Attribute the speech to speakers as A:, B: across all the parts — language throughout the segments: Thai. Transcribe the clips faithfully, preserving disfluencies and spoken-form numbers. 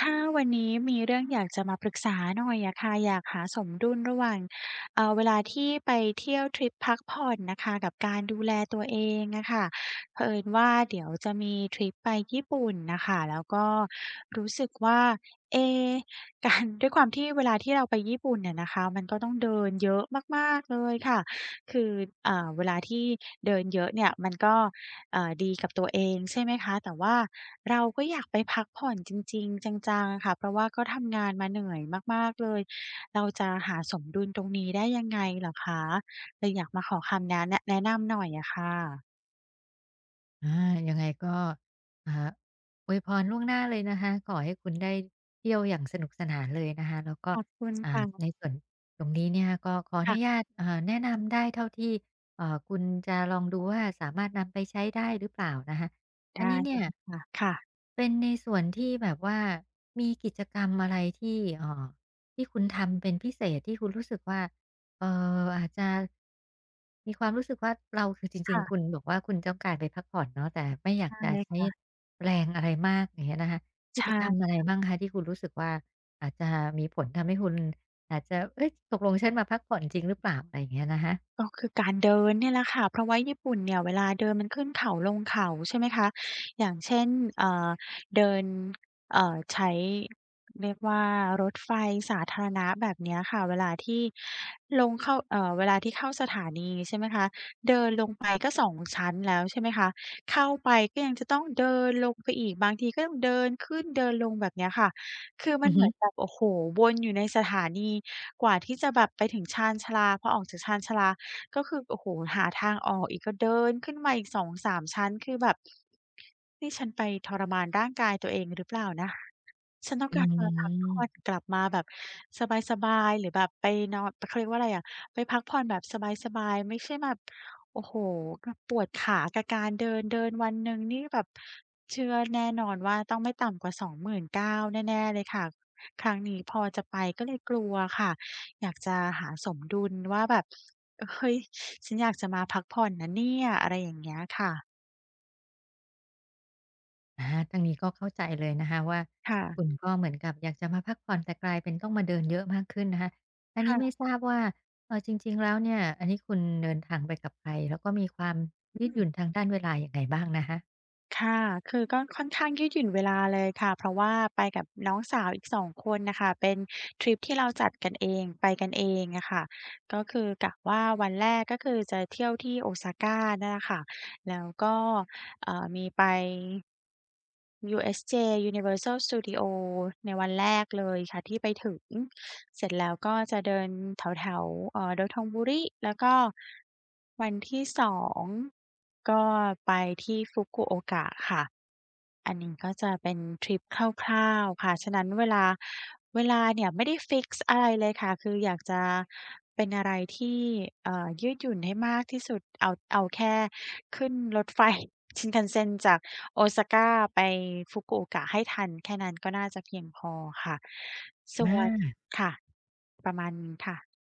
A: ค่ะวันนี้มีเรื่องอยากจะมาปรึกษาหน่อยอะค่ะอยากหาสมดุลระหว่างเอ่อเวลาที่ไปเที่ยวทริปพักผ่อนนะคะกับการดูแลตัวเองอะค่ะเผอิญว่าเดี๋ยวจะมีทริปไปญี่ปุ่นน่ะค่ะแล้วก็รู้สึกว่าเอ๊การ ด้วยความที่เวลาที่เราไปญี่ปุ่นเน่ะนะคะมันก็ต้องเดินเยอะมากๆเลยค่ะคืออ่าเวลาที่เดินเยอะเนี่ยมันก็ เอ่าดีกับตัวเองใช่ไหมคะแต่ว่าเราก็อยากไปพักผ่อนจริงๆจังๆอะค่ะเพราะว่าก็ทำงานมาเหนื่อยมากๆเลยเราจะหาสมดุลตรงนี้ได้ยังไงเหรอคะเลยอยากมาขอคำแนะนแนะนำหน่อยอะค่ะ
B: อายังไงก็อ่าอวยพรล่วงหน้าเลยนะคะขอให้คุณได้เที่ยวอย่างสนุกสนานเลยนะคะแล้วก็
A: ขอบคุณ
B: อ่า
A: ค่ะ
B: ในส่วนตรงนี้เนี่ยก็ขออนุ
A: ค่ะ
B: ญาตอ่าแนะนำได้เท่าที่เอ่อคุณจะลองดูว่าสามารถนำไปใช้ได้หรือเปล่านะคะอัน
A: ได้
B: นี้
A: เล
B: เนี่ย
A: ยค่ะค่ะ
B: เป็นในส่วนที่แบบว่ามีกิจกรรมอะไรที่เอ่อที่คุณทำเป็นพิเศษที่คุณรู้สึกว่า เอ่ออาจจะมีความรู้สึกว่าเราคือจริงๆคุ
A: ค่ะ
B: ณบอกว่าคุณต้องการไปพักผ่อนเนาะแต่ไม่อยาก
A: ได้
B: จะ
A: เลย
B: ใช้
A: ค่ะ
B: แรงอะไรมากอย่างเงี้ยนะคะ
A: ใ
B: กิจกรรมอะ
A: ช่
B: ไรบ้างคะที่คุณรู้สึกว่าอาจจะมีผลทำให้คุณอาจจะเฮ้ยตกลงฉันมาพักผ่อนจริงหรือเปล่าอะไรอย่างเงี้ยนะคะ
A: ก็คือการเดินเนี่ยแหละค่ะเพราะว่าญี่ปุ่นเนี่ยเวลาเดินมันขึ้นเขาลงเขาใช่ไหมคะอย่างเช่นเอ่อเดินเอ่อใช้เรียกว่ารถไฟสาธารณะแบบเนี้ยค่ะเวลาที่ลงเข้าเอ่อเวลาที่เข้าสถานีใช่ไหมคะเดินลงไปก็สองชั้นแล้วใช่ไหมคะเข้าไปก็ยังจะต้องเดินลงไปอีกบางทีก็ต้องเดินขึ้นเดินลงแบบเนี้ยค่ะ คือมั
B: อื
A: น
B: อ
A: เห
B: ฮึ
A: มือนแบบโอ้โฮวนอยู่ในสถานีกว่าที่จะแบบไปถึงชานชาลาพอออกจากชานชาลา ก็คือโอ้โฮหาทางออกอีกก็เดินขึ้นมาอีกสองถึงสามชั้นคือแบบนี่ฉันฉันต้อง
B: อื
A: การมาพักผ่อน
B: ม
A: กลับมาแบบสบายๆหรือแบบไปนอนเขาเรียกว่าอะไรอะไป แบบโอ้โฮก็ปวดขากับการเดินเดินวันหนึ่งนี่แบบเชื่อแน่นอนว่าต้องไม่ต่ำกว่าสองหมื่นเก้าพันแน่ๆเลยค่ะครั้งนี้พอจะไปก็เลยกลัวค่ะอยากจะหาสมดุลว่าแบบเฮ้ยฉันอยากจะมาพักผ่อนนะเนี่ยอะไรอย่างเงี้ยค่ะ
B: อาทางนี้ก็เข้าใจเลยนะคะว่า
A: ค่ะ
B: คุณก็เหมือนกับอยากจะมาพักผ่อนแต่กลายเป็นต้องมาเดินเยอะมากขึ้นนะคะอันนี้ไม่
A: ค่ะ
B: ทราบว่าเอ่อจริงๆแล้วเนี่ยอันนี้คุณเดินทางไปกับใครแล้วก็มีความยื
A: อื
B: ดห
A: ม
B: ยุ่นทางด้านเวลาอย่างไงบ้างนะคะ
A: ค่ะคือก็ค่อนข้างยืดหยุ่นเวลาเลยค่ะ เพราะว่าไปกับน้องสาวอีกสองคนน่ะค่ะเป็นทริปที่เราจัดกันเองไปกันเองอะค่ะก็คือกะว่าวันแรกก็คือจะเที่ยวที่ Osaka เนี่ยแหละค่ะแล้วก็เอ่อมีไป ยู เอส เจ Universal Studio ในวันแรกเลยค่ะที่ไปถึงเสร็จแล้วก็จะเดินแถวๆเอ่อ Dotonbori แล้วก็วันที่สองก็ไปที่ Fukuoka ค่ะ อันนี้ก็จะเป็นทริปคร่าวๆค่ะฉะนั้นเวลาเวลาเนี่ยไม่ได้ฟิกซ์อะไรเลยค่ะคืออยากจะเป็นอะไรที่เอ่อยืดหยุ่นให้มากที่สุดเอาเอาแค่ขึ้นรถไฟ Shinkansen จาก Osaka ไป Fukuoka ให้ทันแค่นั้นก็น่าจะเพียงพอค่ะ
B: อ
A: ส่วน
B: า
A: ค่ะประมาณนี้ค่ะ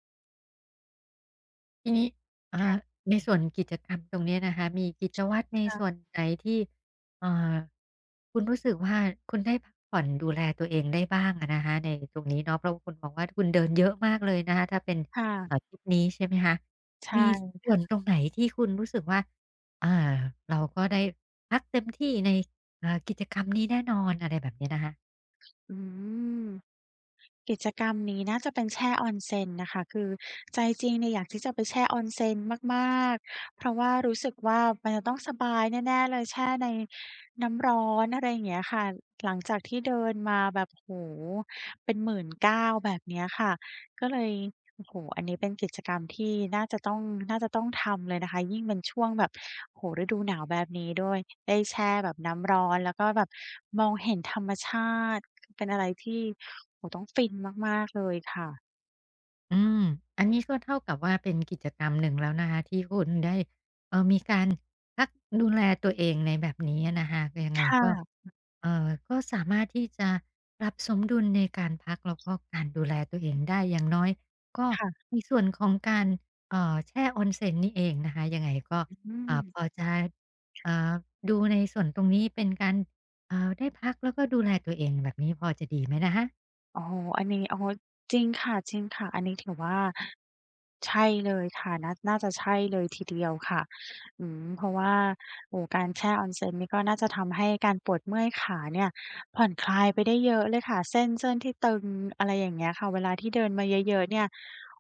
B: ทีนี้อ่าในส่วนกิจกรรมตรงเนี้ยนะคะมีกิจวัตรในส่วน
A: ค่ะ
B: ไหนที่อ่าคุณรู้สึกว่าคุณได้พักผ่อนดูแลตัวเองได้บ้างอะนะคะในตรงนี้เนาะเพราะว่าคุณบอกว่าคุณเดินเยอะมากเลยนะคะถ้าเป็นเอ่า
A: ค่ะ
B: ทริปนี้ใช่ไหมคะ
A: ใช
B: มี
A: ่
B: ส่วนตรงไหนที่คุณรู้สึกว่าอ่าเราก็ได้พักเต็มที่ในอ่ากิจกรรมนี้แน่นอนอะไรแบบนี้นะคะ
A: อืม กิจกรรมนี้น่าจะเป็นแช่ออนเซ็นนะคะคือใจจริงเนี่ยอยากที่จะไปแช่ออนเซ็นมากๆเพราะว่ารู้สึกว่า บายแน่ๆเลยแช่ในน้ำร้อนอะไรอย่างเงี้ยค่ะหลังจากที่เดินมาแบบโอ้โฮเป็นหนึ่งหมื่นเก้าพันแบบเนี้ยค่ะก็เลยโอ้โฮอันนี้เป็นกิจกรรมที่น่าจะต้องน่าจะต้องทำเลยนะคะยิ่งเป็นช่วงแบบโอ้โฮฤดูหนาวแบบนี้ด้วยได้แช่แบบน้ำร้อนแล้วก็แบบมองเห็นธรรมชาติเป็นอะไรที่โอ้โฮต้องฟินมากๆเลยค่ะ
B: อืมอันนี้ก็เท่ากับว่าเป็นกิจกรรมหนึ่งแล้วนะคะที่คุณได้เอ่อมีการพักดูแลตัวเองในแบบนี้อะนะคะก็ยัง
A: ค
B: ไงก็
A: ่ะ
B: เอ่อก็สามารถที่จะปรับสมดุลในการพักแล้วก็การดูแลตัวเองได้อย่างน้อยก็
A: ค่ะ
B: ในส่วนของการเอ่อแช่ Onsen นี่เองนะคะยังไงก็
A: อืม
B: อ่าพอจะอ่าดูในส่วนตรงนี้เป็นการอ่าได้พักแล้วก็ดูแลตัวเองแบบนี้พอจะดีไหมนะคะ
A: โอ้โฮอันนี้โอ้โฮจริงค่ะจริงค่ะอันนี้ถือว่าใช่เลยค่ะน่าน่าจะใช่เลยทีเดียวค่ะอืมเพราะว่าโอ้โฮการแช่ Onsen นี่ก็น่าจะทำให้การปวดเมื่อยขาเนี่ยผ่อนคลายไปได้เยอะเลยค่ะเส้นเส้นที่ตึงอะไรอย่างเงี้ยค่ะเวลาที่เดินมาเยอะๆเนี่ย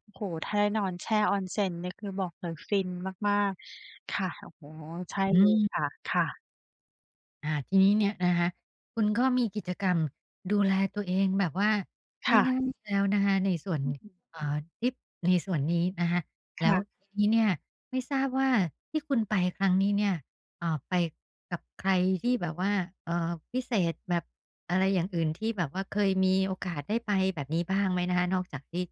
A: โอ้โฮถ้าได้นอนแช่ Onsen นี่คือบอกเลยฟินมากๆค่ะโอ้โฮใช่
B: อื
A: เลย
B: ม
A: ค่ะค่ะ
B: อาทีนี้เนี่ยนะคะคุณก็มีกิจกรรมดูแลตัวเองแบบว่าง่าย
A: ค่ะ
B: ๆแล้วนะคะในส่วน
A: อืม
B: เอ่อทริปในส่วนนี้นะคะแล้ว
A: ค่ะ
B: ทีนี้เนี่ยไม่ทราบว่าที่คุณไปครั้งนี้เนี่ยเอ่อไปกับใครที่แบบว่าเอ่อพิเศษแบบอะไรอย่างอื่นที่แบบว่าเคยมีโอกาสได้ไปแบบนี้บ้างไหมนะคะนอกจากที่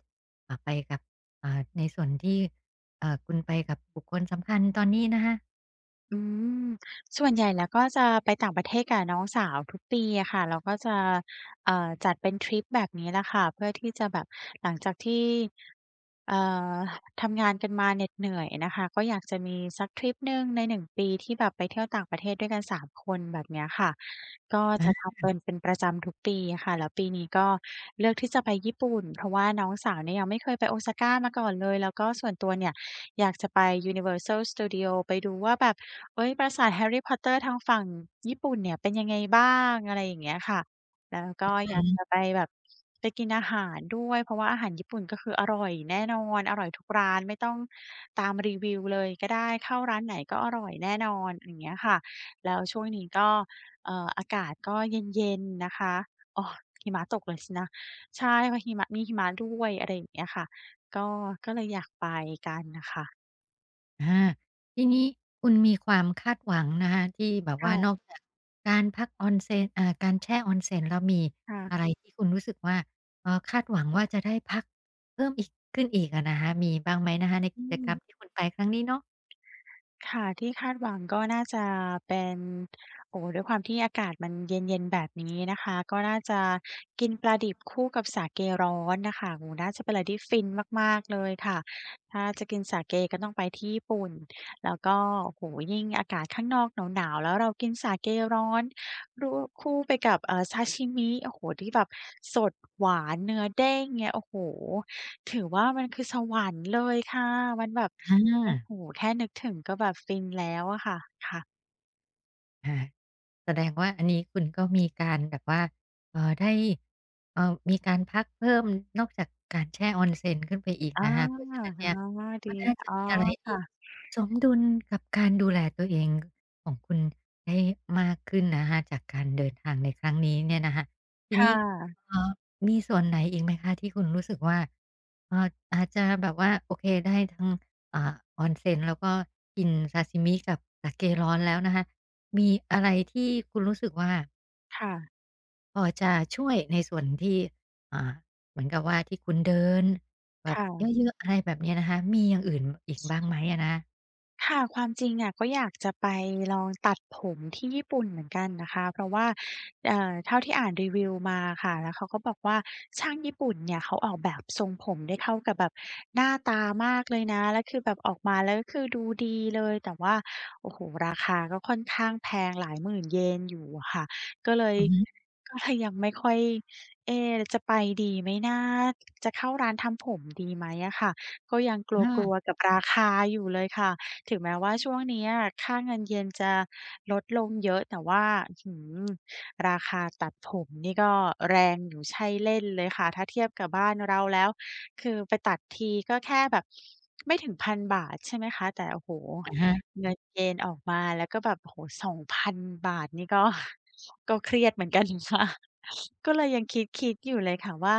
B: อ่าไปกับอ่าในส่วนที่เอ่อคุณไปกับบุคคลสำคัญตอนนี้นะคะ
A: อืมส่วนใหญ่แล้วก็จะไปต่างประเทศกับน้องสาวทุกปีอะค่ะเราก็จะเอ่อจัดเป็นทริปแบบนี้แหละค่ะเพื่อที่จะแบบหลังจากที่เอ่อทำงานกันมาเหน็ดเหนื่อยนะคะก็อยากจะมีสักทริปหนึ่งในหนึ่งปีที่แบบไปเที่ยวต่างประเทศด้วยกันสามคนแบบเนี้ยค่ะก็จะทำเป็นเป็นประจำทุกปีอะค่ะแล้วปีนี้ก็เลือกที่จะไปญี่ปุ่นเพราะว่าน้องสาวเนี่ยยังไม่เคยไป Osaka มาก่อนเลยแล้วก็ส่วนตัวเนี่ยอยากจะไป Universal Studio ไปดูว่าแบบ เฮ้ยปราสาทแฮร์รี่พอตเตอร์ทางฝั่งญี่ปุ่นเนี่ยเป็นยังไงบ้างอะไรอย่างเงี้ยค่ะแล้วก็อยาก
B: อา
A: จะไปแบบไปกินอาหารด้วยเพราะว่าอาหารญี่ปุ่นก็คืออร่อยแน่นอนอร่อยทุกร้านไม่ต้องตามรีวิวเลยก็ได้เข้าร้านไหนก็อร่อยแน่นอนอย่างเงี้ยค่ะแล้วช่วงนี้ก็เอ่ออากาศก็เย็นๆนะคะอ๋อหิมะตกเลยสินะใช่เพราะหิมะมีหิมะด้วยอะไรอย่างเงี้ยค่ะก็ก็เลยอยากไปกันน่ะค่ะ
B: อาทีนี้คุณมีความคาดหวังนะคะที่แบบว่านอ
A: ค
B: กจากการพัก onsen อ่าการแช่ onsen แล้วมีอะ
A: ่ะ
B: ไรที่คุณรู้สึกว่าเอ่อคาดหวังว่าจะได้พักเพิ่มอีกขึ้นอีกอะนะคะมีบ้างไหมนะคะใน
A: ๆอื
B: กิจ
A: ม
B: กรรมที่คุณไปครั้งนี้เนาะ
A: ค่ะที่คาดหวังก็น่าจะเป็นโอ้โฮด้วยความที่อากาศมันเย็นๆแบบนี้นะคะก็น่าจะกินปลาดิบคู่กับสาเกร้อนน่ะค่ะโอ้โฮน่าจะเป็นอะไรที่ฟินมากๆเลยค่ะถ้าจะกินสาเกก็ต้องไปที่ญี่ปุ่นแล้วก็โอ้โฮยิ่งอากาศข้างนอกหนาวๆแล้วเรากินสาเกร้อนรูคู่ไปกับเอ่อซาชิมิโอ้โฮที่แบบสดหวานเนื้อเด้งเงี้ยโอ้โฮถือว่ามันคือสวรรค์เลยค่ะมันแบบ
B: อ
A: โอ้
B: า
A: โฮแค่นึกถึงก็แบบฟินแล้วอะค่ะค่ะ
B: อ่าแสดงว่าอันนี้คุณก็มีการแบบว่าเอ่อได้เอ่อมีการพักเพิ่มนอกจากการแช่ Onsen ขึ้นไปอีก
A: อา
B: นะคะเพราะฉะนั้น
A: อ๋อ
B: เนี่ยก็
A: ดี
B: น่าจะ
A: อ๋อ
B: มีอะไรที่
A: ค่ะ
B: สมดุลกับการดูแลตัวเองของคุณได้มากขึ้นนะคะจากการเดินทางในครั้งนี้เนี่ยนะคะที
A: ค่
B: นี้
A: ะ
B: เอ่อมีส่วนไหนอีกไหมคะที่คุณรู้สึกว่าเอ่ออาจจะแบบว่าโอเคได้ทั้งอ่า Onsen แล้วก็กินซาชิมิกับสาเกร้อนแล้วนะคะ มีอะไรที่คุณรู้สึกว่า
A: ค่ะ
B: พอจะช่วยในส่วนที่อ่าเหมือนกับว่าที่คุณเดินแบบเยอ
A: ค่ะ
B: ะๆอะไรแบบเนี้ยนะคะมีอย่างอื่นอีกบ้างไหมอะนะ
A: ค่ะความจริงอะก็อยากจะไปลองตัดผมที่ญี่ปุ่นเหมือนกันนะคะเพราะว่าเอ่อเท่าที่อ่านรีวิวมาค่ะแล้วเขาก็บอกว่าช่างญี่ปุ่นเนี่ยเขาออกแบบทรงผมได้เข้ากับแบบหน้าตามากเลยนะแล้วคือแบบออกมาแล้วก็คือดูดีเลยแต่ว่าโอ้โฮราคาก็ค่อนข้างแพงหลายหมื่นเยนอยู่อะค่ะก็เลย
B: อือฮึ
A: ก็เลยยังไม่ค่อยเอ๊จะไปดีไหมนะจะเข้าร้านทำผมดีไหมอะค่ะก็ยังกลัว
B: อา
A: ๆกับราคาอยู่เลยค่ะ ถึงแม้ว่าช่วงเนี้ยค่าเงินเยนจะลดลงเยอะแต่ว่าอื้อฮือราคาตัดผมนี่ก็แรงอยู่ใช่เล่นเลยค่ะถ้าเทียบกับบ้านเราแล้วคือไปตัดทีก็แค่แบบไม่ถึงพันบาทใช่ไหมคะแต่โอ้โฮ
B: อะฮะ
A: เงินเยนออกมาแล้วก็แบบโอ้โฮสองพันบาทนี่ก็ก็เครียดเหมือนกันค่ะก็เลยยังคิดๆอยู่เลยค่ะว่า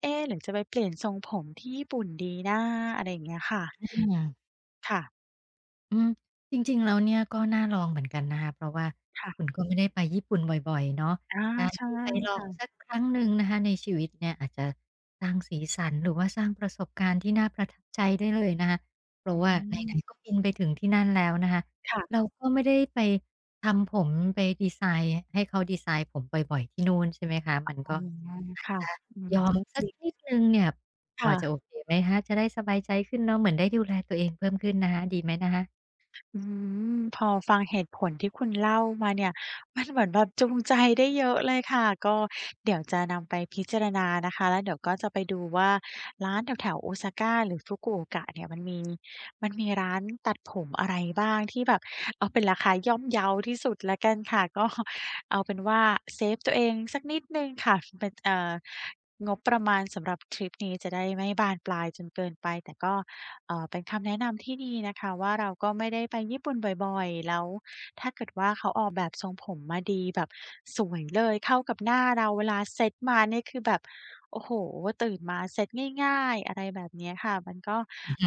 A: เอ๊ะหรือจะไปเปลี่ยนทรงผมที่ญี่ปุ่นดีนะอะไรอย่างเงี้ยค่ะ
B: อา
A: ค่ะ
B: อืมจริงๆแล้วเนี่ยก็น่าลองเหมือนกันนะคะเพราะว่าคุณ
A: ค่ะ
B: ก็ไม่ได้ไปญี่ปุ่นบ่อยๆเนาะ
A: อา
B: การ
A: ใช่
B: ที่ไปลอง
A: ค่ะ
B: สักครั้งหนึ่งนะคะในชีวิตเนี่ยอาจจะสร้างสีสันหรือว่าสร้างประสบการณ์ที่น่าประทับใจได้เลยนะคะเพราะ
A: อื
B: ว่าไหนๆก็
A: ม
B: บินไปถึงที่นั่นแล้วนะคะเรา
A: ค่ะ
B: ก็ไม่ได้ไปทำผมไปดีไซน์ให้เขาดีไซน์ผมบ่อยๆที่นู่นใช่ไหมคะมัน
A: อ๋อ
B: ก็อาจ
A: ค่ะ
B: จะ
A: อืม
B: ยอม
A: ก็จ
B: สัก
A: ริง
B: นิดหนึ่งเนี่ยพอ
A: ค่ะ
B: จะโอเคไหมคะจะได้สบายใจขึ้นเนาะเหมือนได้ดูแลตัวเองเพิ่มขึ้นนะคะดีไหมนะค
A: อืมพอฟังเหตุผลที่คุณเล่ามาเนี่ย มันเหมือนแบบจูงใจได้เยอะเลยค่ะก็เดี๋ยวจะนำไปพิจารณานะคะแล้วเดี๋ยวก็จะไปดูว่าร้านแถวๆโอซาก้าหรือ f กุโอกะเนี่ยมันมีมันมีร้านตัดผมอะไรบ้างที่แบบเอาเป็นราคาย่อมเยาที่สุดแล้วกันค่ะ ก็เอาเป็นว่าเซฟตัวเองสักนิดหนึ่งค่ะ เป็นเอ่องบประมาณสำหรับทริปนี้จะได้ไม่บานปลายจนเกินไปแต่ก็ เอ่อเป็นคำแนะนำที่ดีนะคะว่าเราก็ไม่ได้ไปญี่ปุ่นบ่อยๆแล้วถ้าเกิดว่าเขาออกแบบทรงผมมาดีแบบสวยเลยเข้ากับหน้าเราเวลาเซตมานี่คือแบบโอ้โฮตื่นมาเซตง่ายๆอะไรแบบเนี้ยค่ะมันก็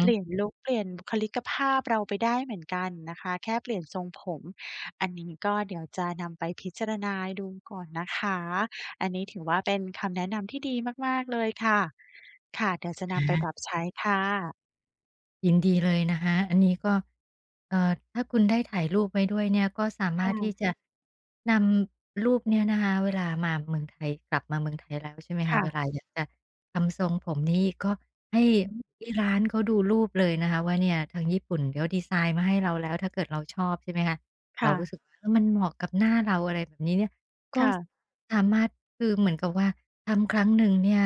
A: เปลี่ยนลุกเปลี่ยนบุคลิกภาพเราไปได้เหมือนกันนะคะแค่เปลี่ยนทรงผมอันนี้ก็เดี๋ยวจะนำไปพิจารณาดูก่อนนะคะอันนี้ถือว่าเป็นคำแนะนำที่ดีมากๆเลยค่ะค่ะเดี๋ยวจะ
B: อ
A: นำไปปรับ
B: า
A: ใช้ค่ะ
B: ยินดีเลยนะคะอันนี้ก็เอ่อถ้าคุณได้ถ่ายรูปไว้ด้วยเนี่ยก็สามารถที่
A: ค่ะ
B: จะนำรูปเนี่ยนะคะเวลามาเมืองไทยกลับมาเมืองไทยแล้วใช่ไหมคะ
A: ค่ะ
B: เวลาอยากจะทำทรงผมนี่ก็ให้
A: อืม
B: ที่ร้านเขาดูรูปเลยนะคะว่าเนี่ยทางญี่ปุ่นเดี๋ยวดีไซน์มาให้เราแล้วถ้าเกิดเราชอบใช่ไหมคะเรารู้สึก
A: ค่ะ
B: ว่าเออมันเหมาะกับหน้าเราอะไรแบบนี้เนี่ยก็
A: ค่ะ
B: สามารถคือเหมือนกับว่าทำครั้งหนึ่งเนี่ย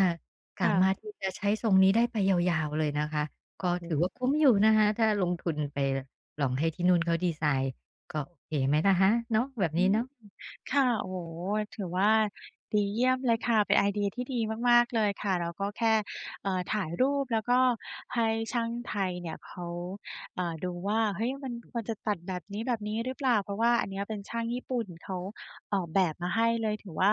B: สามารถ
A: ค่ะ
B: ที่จะใช้ทรงนี้ได้ไปยาวๆเลยนะคะ ก็
A: โอ้โฮ
B: ถือว่าคุ้มอยู่นะคะถ้าลงทุนไปลองให้ที่นู่นเขาดีไซน์ก็โอเคไหมล่ะคะเนาะแบบ
A: อื
B: นี้
A: ม
B: เนาะ
A: ค่ะโอ้โฮถือว่าดีเยี่ยมเลยค่ะเป็นไอเดียที่ดีมากๆเลยค่ะแล้วก็แค่เอ่อถ่ายรูปแล้วก็ให้ช่างไทยเนี่ยเขาเอ่อดูว่าเฮ้ยมันควรจะตัดแบบนี้แบบนี้หรือเปล่า เพราะว่าอันเนี้ยเป็นช่างญี่ปุ่นเขาออกแบบมาให้เลย ถือว่า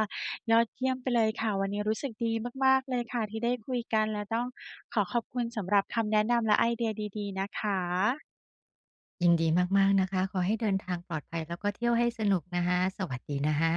A: ยอดเยี่ยมไปเลยค่ะ วันนี้รู้สึกดีมากๆเลยค่ะที่ได้คุยกันและต้องขอขอบคุณสำหรับคำแนะนำและไอเดียดีๆนะคะ
B: ยินดีมากๆนะคะขอให้เดินทางปลอดภัยแล้วก็เที่ยวให้สนุกนะคะสวัสดีนะคะ